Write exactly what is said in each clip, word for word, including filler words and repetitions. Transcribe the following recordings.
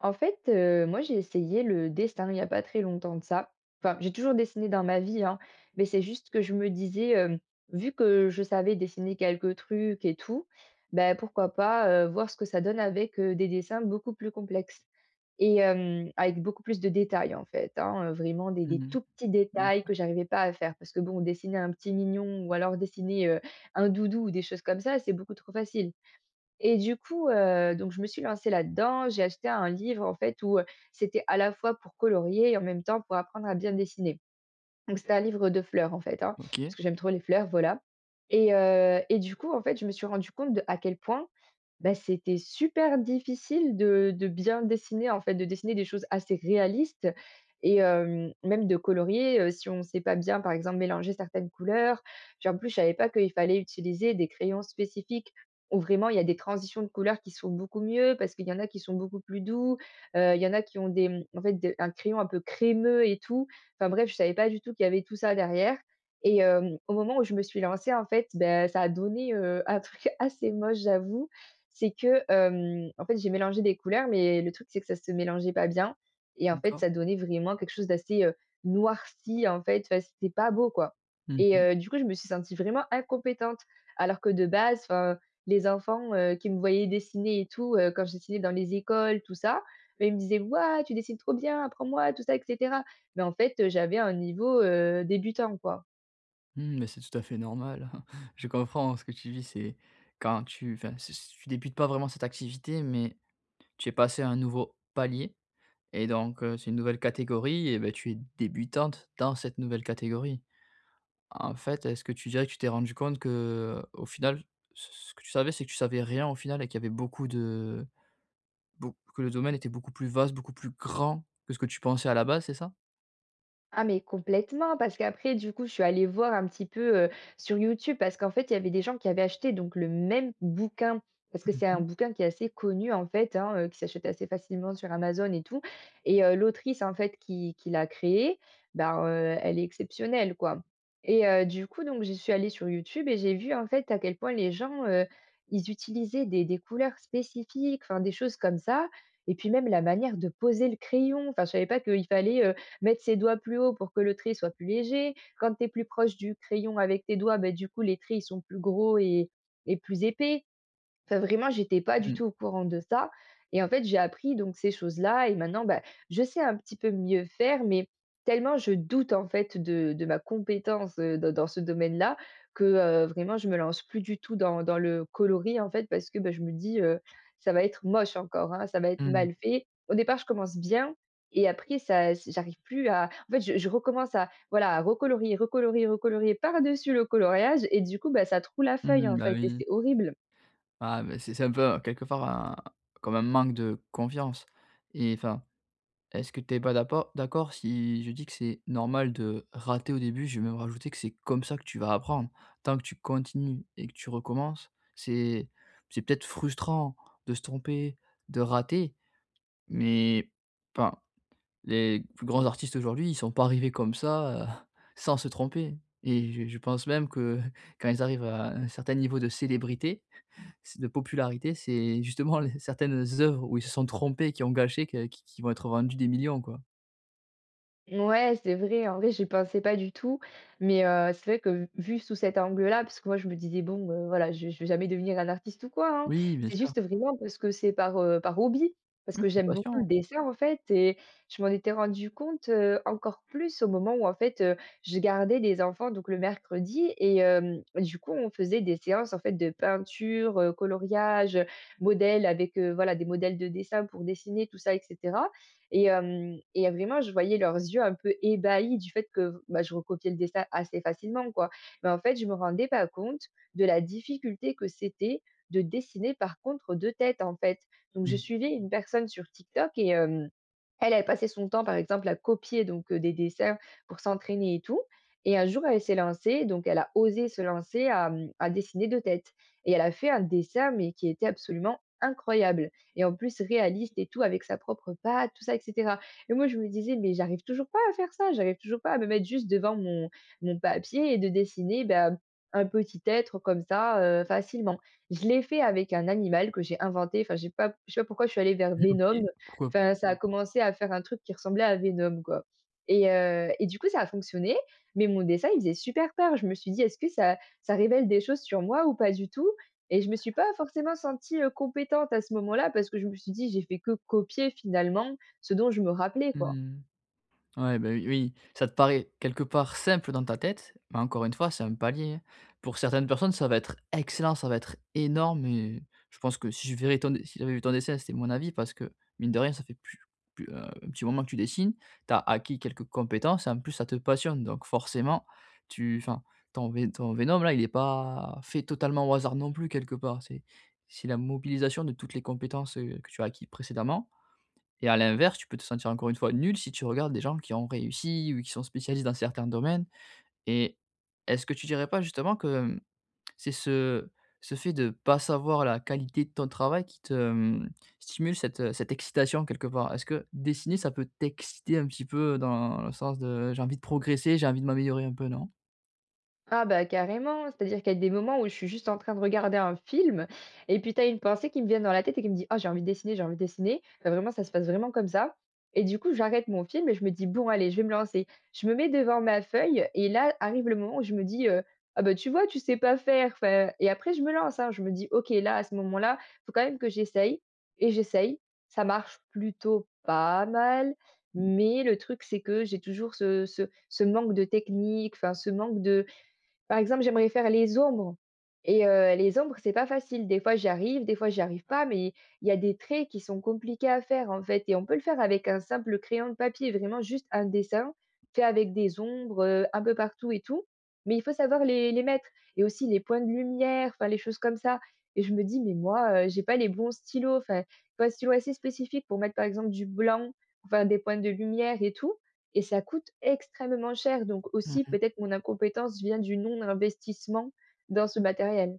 En fait, heu, moi, j'ai essayé le dessin il y a pas très longtemps de ça. Enfin, j'ai toujours dessiné dans ma vie, hein, mais c'est juste que je me disais, hem, vu que je savais dessiner quelques trucs et tout, ben pourquoi pas, heu, voir ce que ça donne avec, heu, des dessins beaucoup plus complexes et hem, avec beaucoup plus de détails, en fait, hein, heu, vraiment des des Mmh. tout petits détails Mmh. que j'arrivais pas à faire parce que bon, dessiner un petit mignon ou alors dessiner, heu, un doudou ou des choses comme ça, c'est beaucoup trop facile. Et du coup, heu, donc je me suis lancée là-dedans. J'ai acheté un livre en fait où, heu, c'était à la fois pour colorier et en même temps pour apprendre à bien dessiner. Donc c'était un livre de fleurs en fait, hein, OK, parce que j'aime trop les fleurs, voilà. Et heu et du coup, en fait, je me suis rendu compte de à quel point, bah, c'était super difficile de de bien dessiner, en fait, de dessiner des choses assez réalistes et hem, même de colorier, heu, si on ne sait pas bien, par exemple, mélanger certaines couleurs. Puis en plus, je savais pas qu'il fallait utiliser des crayons spécifiques où vraiment il y a des transitions de couleurs qui sont beaucoup mieux parce qu'il y en a qui sont beaucoup plus doux, heu, il y en a qui ont des, mmh, en fait, des un crayon un peu crémeux et tout. Enfin bref, je savais pas du tout qu'il y avait tout ça derrière et hem, au moment où je me suis lancée, en fait, ben ça a donné, heu, un truc assez moche, j'avoue. C'est que, hem, en fait, j'ai mélangé des couleurs, mais le truc, c'est que ça se mélangeait pas bien et en fait, d'accord. ça donnait vraiment quelque chose d'assez, heu, noirci, en fait. Enfin, c'était pas beau, quoi Mmh et mh. heu, du coup, je me suis sentie vraiment incompétente alors que de base, enfin, les enfants, heu, qui me voyaient dessiner et tout, heu, quand je dessinais dans les écoles, tout ça, bah, ils me disaient: «Waouh, tu dessines trop bien, apprends-moi», tout ça et cetera Mais en fait, j'avais un niveau, heu, débutant, quoi. Mmh, mais c'est tout à fait normal. Je comprends ce que tu vis, c'est quand tu enfin, c c tu débutes pas vraiment cette activité, mais tu es passé à un nouveau palier et donc heu, c'est une nouvelle catégorie et beh, tu es débutante dans cette nouvelle catégorie. En fait, est-ce que tu dirais que tu t'es rendue compte que au final, ce ce que tu savais, c'est que tu savais rien au final et qu'il y avait beaucoup de beau que le domaine était beaucoup plus vaste, beaucoup plus grand que ce que tu pensais à la base, c'est ça? Ah mais complètement, parce qu'après du coup, je suis allée voir un petit peu, heu, sur YouTube parce qu'en fait, il y avait des gens qui avaient acheté donc le même bouquin, parce que Mmh c'est un mh. bouquin qui est assez connu en fait, hein, heu, qui s'achète assez facilement sur Amazon et tout et heu, l'autrice en fait qui qui l'a créé, ben, heu, elle est exceptionnelle quoi et heu, du coup donc je suis allée sur YouTube et j'ai vu en fait à quel point les gens, heu, ils utilisaient des des couleurs spécifiques, enfin des choses comme ça et puis même la manière de poser le crayon. Enfin je savais pas qu'il fallait mettre ses doigts plus haut pour que le trait soit plus léger. Quand tu es plus proche du crayon avec tes doigts, ben du coup, les traits, ils sont plus gros et et plus épais. Enfin, vraiment, j'étais pas du Mmh. tout au courant de ça et en fait, j'ai appris donc ces choses-là et maintenant, bah, je sais un petit peu mieux faire, mais tellement je doute en fait de de ma compétence, heu, dans dans ce domaine-là que, heu, vraiment je me lance plus du tout dans dans le coloris en fait parce que, bah, je me dis, heu: «Ça va être moche encore, hein, ça va être Mmh. mal fait». Au départ, je commence bien et après ça c j'arrive plus à en fait, je je recommence à voilà, à recolorier, recolorier, recolorier par-dessus le coloriage et du coup, bah, ça troue la feuille en Mmh, bah, fait et oui. c'est horrible. Ah, mais c'est c'est un peu, heu, quelque part un comme un manque de confiance et enfin, est-ce que tu es pas d'apport d'accord si je dis que c'est normal de rater au début? Je vais même rajouter que c'est comme ça que tu vas apprendre. Tant que tu continues et que tu recommences, c'est c'est peut-être frustrant de se tromper, de rater, mais enfin, les plus grands artistes aujourd'hui, ils sont pas arrivés comme ça, heu, sans se tromper et je je pense même que quand ils arrivent à un certain niveau de célébrité, de popularité, c'est justement les certaines œuvres où ils se sont trompés, qui ont gâché, que qui qui vont être vendues des millions, quoi. Ouais, c'est vrai. En vrai, j'y pensais pas du tout. Mais heu, c'est vrai que vu sous cet angle-là, parce que moi, je me disais: «Bon, heu, voilà, je je vais jamais devenir un artiste ou quoi, hein». Oui, bien C'est sûr. juste vraiment parce que c'est par, heu, par hobby, parce Oui, que je suis j'aime beaucoup le patient, hein. dessin, en fait et je m'en étais rendu compte, heu, encore plus au moment où, en fait, heu, je gardais des enfants donc le mercredi et hem, du coup, on faisait des séances, en fait, de peinture, heu, coloriage, modèles avec, heu, voilà, des modèles de dessin pour dessiner tout ça et cetera. Et hem et vraiment, je voyais leurs yeux un peu ébahis du fait que, bah, je recopiais le dessin assez facilement, quoi. Mais en fait, je me rendais pas compte de la difficulté que c'était de dessiner par contre deux têtes en fait. Donc je Mmh. suivais une personne sur TikTok et hem, elle, elle passait son temps, par exemple, à copier donc, heu, des dessins pour s'entraîner et tout et un jour, elle s'est lancée, donc elle a osé se lancer à, mmh, à dessiner deux têtes. Et elle a fait un dessin, mais qui était absolument incroyable et en plus réaliste et tout avec sa propre patte, tout ça et cetera et moi, je me disais: «Mais j'arrive toujours pas à faire ça, j'arrive toujours pas à me mettre juste devant mon mon papier et de dessiner, bah, un petit être comme ça, heu, facilement». Je l'ai fait avec un animal que j'ai inventé, enfin, j'ai pas je sais pas pourquoi je suis allée vers OK. Venom. Pourquoi pas? Enfin, ça a Mmh. commencé à faire un truc qui ressemblait à Venom, quoi et heu et du coup, ça a fonctionné, mais mon dessin, il faisait super peur. Je me suis dit: «Est-ce que ça ça révèle des choses sur moi ou pas du tout ?» Et je me suis pas forcément sentie, heu, compétente à ce moment-là parce que je me suis dit: «J'ai fait que copier finalement ce dont je me rappelais quoi». Mmh. Ouais, ben oui, oui, ça te paraît quelque part simple dans ta tête, mais encore une fois, c'est un palier, hein. Pour certaines personnes, ça va être excellent, ça va être énorme et je pense que si je verrais ton dé si j'avais vu ton dessin, c'était mon avis parce que mine de rien, ça fait plus plus, heu, un petit moment que tu dessines, tu as acquis quelques compétences et en plus ça te passionne donc forcément tu enfin, ton vé ton Venom là, il est pas fait totalement au hasard non plus quelque part. C'est c'est la mobilisation de toutes les compétences, heu, que tu as acquis précédemment et à l'inverse, tu peux te sentir encore une fois nul si tu regardes des gens qui ont réussi ou qui sont spécialistes dans certains domaines. Et est-ce que tu dirais pas justement que, hem, c'est ce ce fait de pas savoir la qualité de ton travail qui te, hem, stimule cette, heu, cette excitation quelque part? Est-ce que dessiner, ça peut t'exciter un petit peu dans le sens de: «J'ai envie de progresser, j'ai envie de m'améliorer un peu», non? Ah bah carrément, c'est-à-dire qu'il y a des moments où je suis juste en train de regarder un film et puis tu as une pensée qui me vient dans la tête et qui me dit: «Oh j'ai envie de dessiner, j'ai envie de dessiner». Enfin, vraiment ça se passe vraiment comme ça et du coup j'arrête mon film et je me dis: «Bon allez, je vais me lancer». Je me mets devant ma feuille et là arrive le moment où je me dis, heu: «Ah bah tu vois, tu sais pas faire». Enfin et après je me lance, hein, je me dis: «OK, là à ce moment-là, faut quand même que j'essaye» et j'essaye. Ça marche plutôt pas mal, mais le truc c'est que j'ai toujours ce ce ce manque de technique, enfin ce manque de par exemple, j'aimerais faire les ombres et heu, les ombres, c'est pas facile. Des fois, j'y arrive, des fois, j'y arrive pas, mais il y a des traits qui sont compliqués à faire, en fait et on peut le faire avec un simple crayon de papier, vraiment juste un dessin fait avec des ombres, heu, un peu partout et tout, mais il faut savoir les les mettre et aussi les points de lumière, enfin, les choses comme ça et je me dis: «Mais moi, heu, j'ai pas les bons stylos». Enfin, il faut un stylo assez spécifique pour mettre, par exemple, du blanc, enfin, des points de lumière et tout et ça coûte extrêmement cher. Donc aussi, Mmh, peut-être mon incompétence vient du non-investissement dans ce matériel.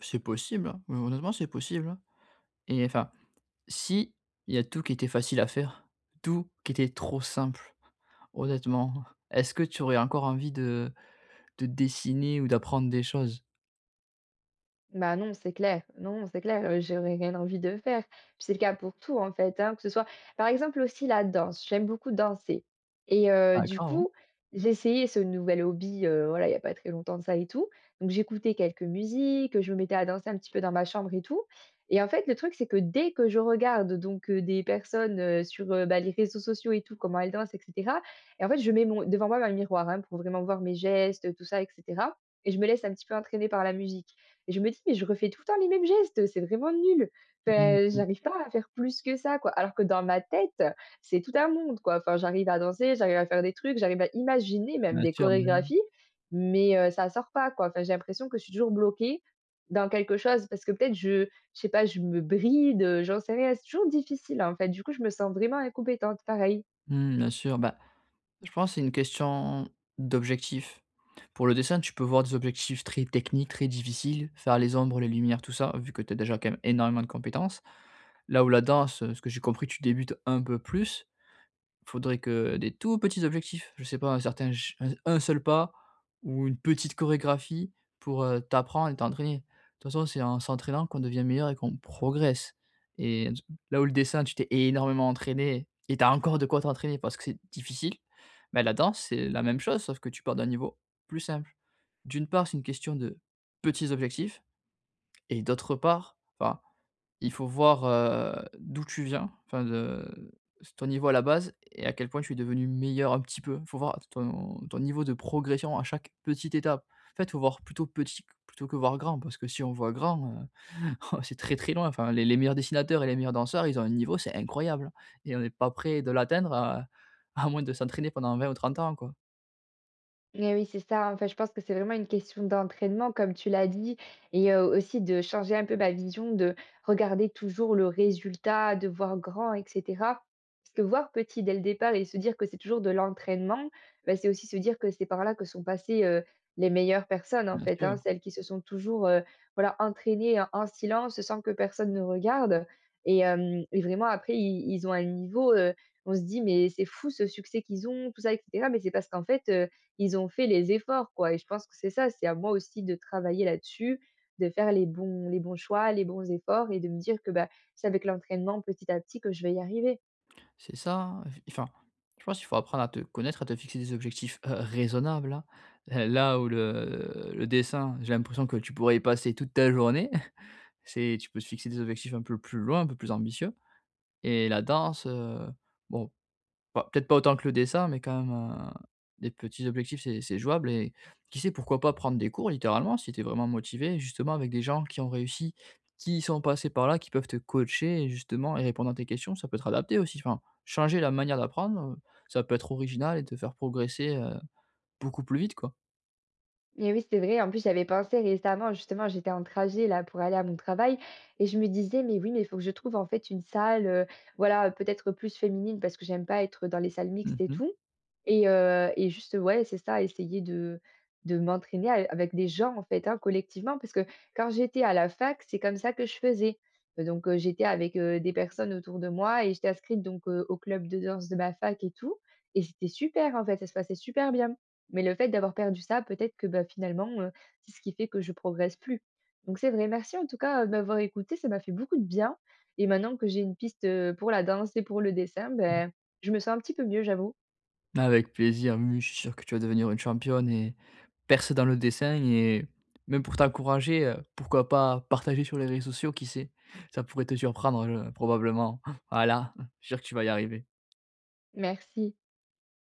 c'est possible, hein, heu, honnêtement, c'est possible, hein. Et enfin, si il y a tout qui était facile à faire, tout qui était trop simple. Honnêtement, est-ce que tu aurais encore envie de de dessiner ou d'apprendre des choses? Bah, non, c'est clair. Non, c'est clair, heu, j'aurais rien envie de faire. Puis c'est le cas pour tout, en fait, hein, que ce soit par exemple aussi la danse, j'aime beaucoup danser et heu, du D'accord, ouais. coup, j'ai essayé ce nouvel hobby, heu, voilà, il y a pas très longtemps de ça et tout. Donc j'écoutais quelques musiques, je me mettais à danser un petit peu dans ma chambre et tout et en fait, le truc, c'est que dès que je regarde donc heu, des personnes, heu, sur, heu, bah, les réseaux sociaux et tout, comment elles dansent et cetera et en fait, je mets mon devant moi, un miroir, hein, pour vraiment voir mes gestes, tout ça et cetera et je me laisse un petit peu entraîner par la musique et je me dis: «Mais je refais tout le temps les mêmes gestes, c'est vraiment nul. Mmh Enfin, mh. j'arrive pas à faire plus que ça, quoi». Alors que dans ma tête, c'est tout un monde, quoi. Enfin, j'arrive à danser, j'arrive à faire des trucs, j'arrive à imaginer même Bien des sûr, bien chorégraphies, mais heu, ça sort pas, quoi. Enfin, j'ai l'impression que je suis toujours bloquée dans quelque chose parce que peut-être je je sais pas, je me bride, heu, j'en sais rien. C'est toujours difficile, hein, en fait. Du coup, je me sens vraiment incompétente, pareil. mmh, bien sûr. Bah, je pense que c'est une question d'objectif. Pour le dessin, tu peux voir des objectifs très techniques, très difficiles, faire les ombres, les lumières, tout ça, vu que tu as déjà quand même énormément de compétences. Là où la danse, heu, ce que j'ai compris, tu débutes un peu plus. Faudrait que des tout petits objectifs, je sais pas, un certain ch un un seul pas ou une petite chorégraphie pour, heu, t'apprendre et t'entraîner. De toute façon, c'est en s'entraînant qu'on devient meilleur et qu'on progresse et là où le dessin, tu t'es énormément entraîné et t'as encore de quoi t'entraîner parce que c'est difficile, bah, la danse, c'est la même chose sauf que tu pars d'un niveau plus simple. D'une part, c'est une question de petits objectifs et d'autre part, enfin il faut voir, heu, d'où tu viens, enfin de s ton niveau à la base et à quel point tu es devenu meilleur un petit peu. il Faut voir ton ton niveau de progression à chaque petite étape. En fait, il faut voir plutôt petit plutôt que voir grand parce que si on voit grand, heu, c'est très, très loin. Enfin, les les meilleurs dessinateurs et les meilleurs danseurs, ils ont un niveau, c'est incroyable et on n'est pas prêt de l'atteindre à à moins de s'entraîner pendant vingt ou trente ans, quoi. Eh oui, c'est ça, enfin, je pense que c'est vraiment une question d'entraînement comme tu l'as dit et heu, aussi de changer un peu ma vision, de regarder toujours le résultat, de voir grand et cetera. Parce que voir petit dès le départ et se dire que c'est toujours de l'entraînement, bah, c'est aussi se dire que c'est par là que sont passées, heu, les meilleures personnes en Bien fait, sûr. hein. Celles qui se sont toujours, heu, voilà, entraînées en en silence sans que personne ne regarde et hem et vraiment après i ils ont un niveau, heu, on se dit: «Mais c'est fou ce succès qu'ils ont», tout ça et cetera. Mais c'est parce qu'en fait, ils ont fait les efforts, quoi et je pense que c'est ça, c'est à moi aussi de travailler là-dessus, de faire les bons les bons choix, les bons efforts et de me dire que, bah, c'est avec l'entraînement petit à petit que je vais y arriver. C'est ça, enfin, je pense qu'il faut apprendre à te connaître, à te fixer des objectifs, heu, raisonnables, hein. Heu, là où le le dessin, j'ai l'impression que tu pourrais y passer toute ta journée, c'est tu peux te fixer des objectifs un peu plus loin, un peu plus ambitieux et la danse, heu, bon bah, peut-être pas autant que le dessin, mais quand même, heu, des petits objectifs, c'est c'est jouable et qui sait, pourquoi pas prendre des cours littéralement si tu es vraiment motivé, justement avec des gens qui ont réussi, qui sont passés par là, qui peuvent te coacher et justement et répondre à tes questions, ça peut te adapter aussi. Enfin, changer la manière d'apprendre, heu, ça peut être original et te faire progresser, heu, beaucoup plus vite, quoi. Mais oui, c'est vrai. En plus, j'avais pensé récemment, justement, j'étais en trajet là pour aller à mon travail et je me disais, mais oui, mais il faut que je trouve en fait une salle, euh, voilà, peut-être plus féminine parce que j'aime pas être dans les salles mixtes et Mmh. tout. Et, euh, et juste, ouais, c'est ça, essayer de, de m'entraîner a- avec des gens en fait, hein, collectivement, parce que quand j'étais à la fac, c'est comme ça que je faisais. Euh, Donc, euh, j'étais avec euh, des personnes autour de moi et j'étais inscrite donc euh, au club de danse de ma fac et tout. Et c'était super en fait, ça se passait super bien. Mais le fait d'avoir perdu ça, peut-être que bah, finalement, heu, c'est ce qui fait que je progresse plus. Donc c'est vrai, merci en tout cas, heu, de m'avoir écoutée, ça m'a fait beaucoup de bien et maintenant que j'ai une piste, heu, pour la danse et pour le dessin, ben je me sens un petit peu mieux, j'avoue. Avec plaisir, oui, oui, je suis sûr que tu vas devenir une championne et percer dans le dessin et même pour t'encourager, heu, pourquoi pas partager sur les réseaux sociaux, qui sait? Ça pourrait te surprendre, heu, probablement. Voilà, je suis sûr que tu vas y arriver. Merci.